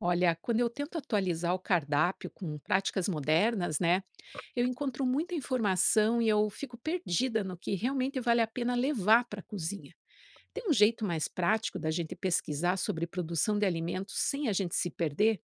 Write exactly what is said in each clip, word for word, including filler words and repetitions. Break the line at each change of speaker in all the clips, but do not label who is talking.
Olha, quando eu tento atualizar o cardápio com práticas modernas, né, eu encontro muita informação e eu fico perdida no que realmente vale a pena levar para a cozinha. Tem um jeito mais prático da gente pesquisar sobre produção de alimentos sem a gente se perder?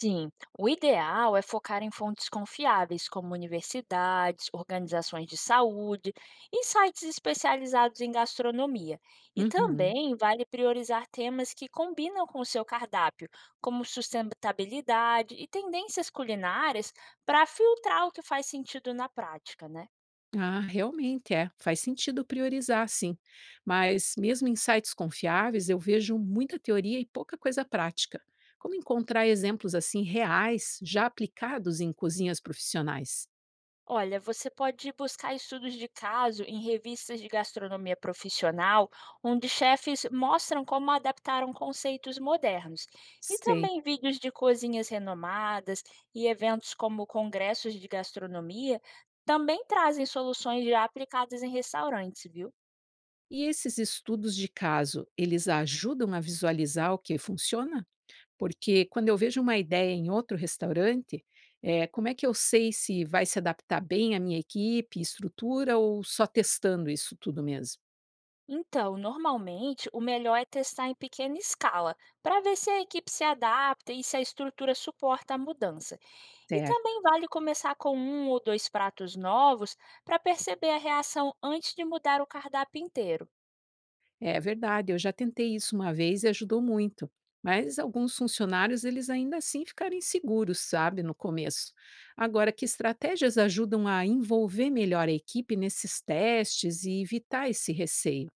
Sim, o ideal é focar em fontes confiáveis, como universidades, organizações de saúde e sites especializados em gastronomia. E
Uhum.
também vale priorizar temas que combinam com o seu cardápio, como sustentabilidade e tendências culinárias, para filtrar o que faz sentido na prática, né?
Ah, realmente é. Faz sentido priorizar, sim. Mas mesmo em sites confiáveis, eu vejo muita teoria e pouca coisa prática. Como encontrar exemplos assim reais, já aplicados em cozinhas profissionais?
Olha, você pode buscar estudos de caso em revistas de gastronomia profissional, onde chefes mostram como adaptaram conceitos modernos, e
Sei.
também vídeos de cozinhas renomadas e eventos como congressos de gastronomia também trazem soluções já aplicadas em restaurantes, viu?
E esses estudos de caso, eles ajudam a visualizar o que funciona? Porque quando eu vejo uma ideia em outro restaurante, eh, como é que eu sei se vai se adaptar bem à minha equipe, estrutura ou só testando isso tudo mesmo?
Então, normalmente, o melhor é testar em pequena escala, para ver se a equipe se adapta e se a estrutura suporta a mudança. E
Certo.
também vale começar com um ou dois pratos novos para perceber a reação antes de mudar o cardápio inteiro.
É verdade, eu já tentei isso uma vez e ajudou muito. Mas alguns funcionários, eles ainda assim ficaram inseguros, sabe, no começo. Agora, que estratégias ajudam a envolver melhor a equipe nesses testes e evitar esse receio?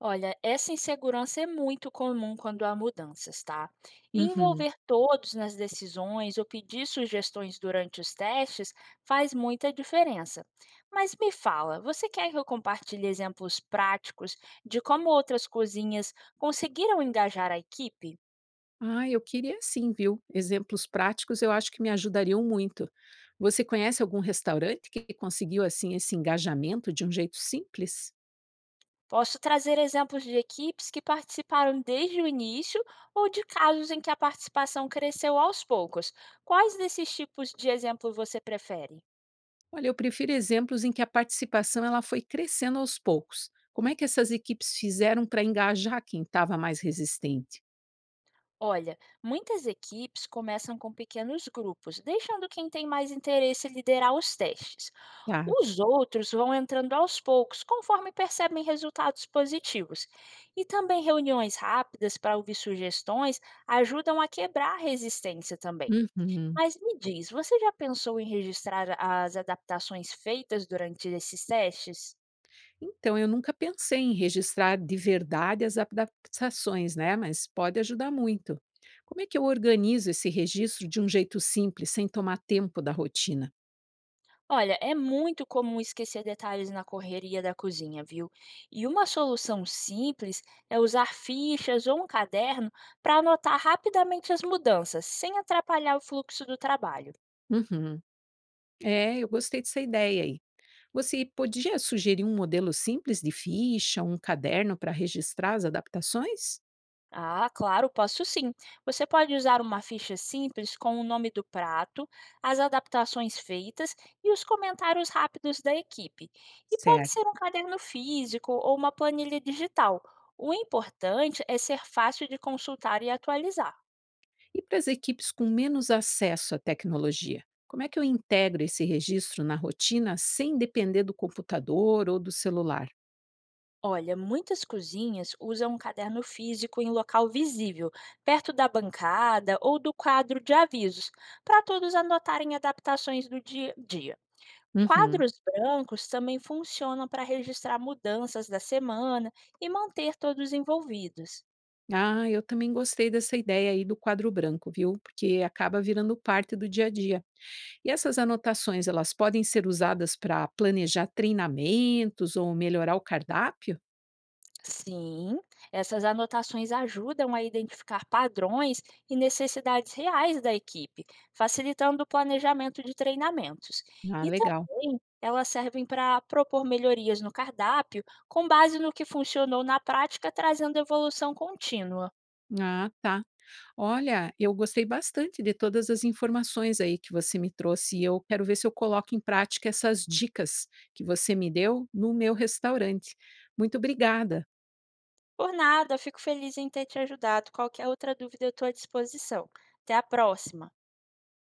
Olha, essa insegurança é muito comum quando há mudanças, tá? E
Uhum.
envolver todos nas decisões ou pedir sugestões durante os testes faz muita diferença. Mas me fala, você quer que eu compartilhe exemplos práticos de como outras cozinhas conseguiram engajar a equipe?
Ah, eu queria sim, viu? Exemplos práticos eu acho que me ajudariam muito. Você conhece algum restaurante que conseguiu assim esse engajamento de um jeito simples?
Posso trazer exemplos de equipes que participaram desde o início ou de casos em que a participação cresceu aos poucos. Quais desses tipos de exemplo você prefere?
Olha, eu prefiro exemplos em que a participação ela foi crescendo aos poucos. Como é que essas equipes fizeram para engajar quem estava mais resistente?
Olha, muitas equipes começam com pequenos grupos, deixando quem tem mais interesse liderar os testes.
Tá.
Os outros vão entrando aos poucos, conforme percebem resultados positivos. E também reuniões rápidas para ouvir sugestões ajudam a quebrar a resistência também.
Uhum.
Mas me diz, você já pensou em registrar as adaptações feitas durante esses testes?
Então, eu nunca pensei em registrar de verdade as adaptações, né? Mas pode ajudar muito. Como é que eu organizo esse registro de um jeito simples, sem tomar tempo da rotina?
Olha, é muito comum esquecer detalhes na correria da cozinha, viu? E uma solução simples é usar fichas ou um caderno para anotar rapidamente as mudanças, sem atrapalhar o fluxo do trabalho.
Uhum. É, eu gostei dessa ideia aí. Você podia sugerir um modelo simples de ficha, um caderno para registrar as adaptações?
Ah, claro, posso sim. Você pode usar uma ficha simples com o nome do prato, as adaptações feitas e os comentários rápidos da equipe. E pode
Certo.
ser um caderno físico ou uma planilha digital. O importante é ser fácil de consultar e atualizar.
E para as equipes com menos acesso à tecnologia? Como é que eu integro esse registro na rotina sem depender do computador ou do celular?
Olha, muitas cozinhas usam um caderno físico em local visível, perto da bancada ou do quadro de avisos, para todos anotarem adaptações do dia a dia.
Uhum.
Quadros brancos também funcionam para registrar mudanças da semana e manter todos envolvidos.
Ah, eu também gostei dessa ideia aí do quadro branco, viu? Porque acaba virando parte do dia a dia. E essas anotações, elas podem ser usadas para planejar treinamentos ou melhorar o cardápio?
Sim, essas anotações ajudam a identificar padrões e necessidades reais da equipe, facilitando o planejamento de treinamentos.
Ah,
E
legal.
também elas servem para propor melhorias no cardápio com base no que funcionou na prática, trazendo evolução contínua.
Ah, tá. Olha, eu gostei bastante de todas as informações aí que você me trouxe e eu quero ver se eu coloco em prática essas dicas que você me deu no meu restaurante. Muito obrigada.
Por nada, fico feliz em ter te ajudado. Qualquer outra dúvida, eu estou à disposição. Até a próxima!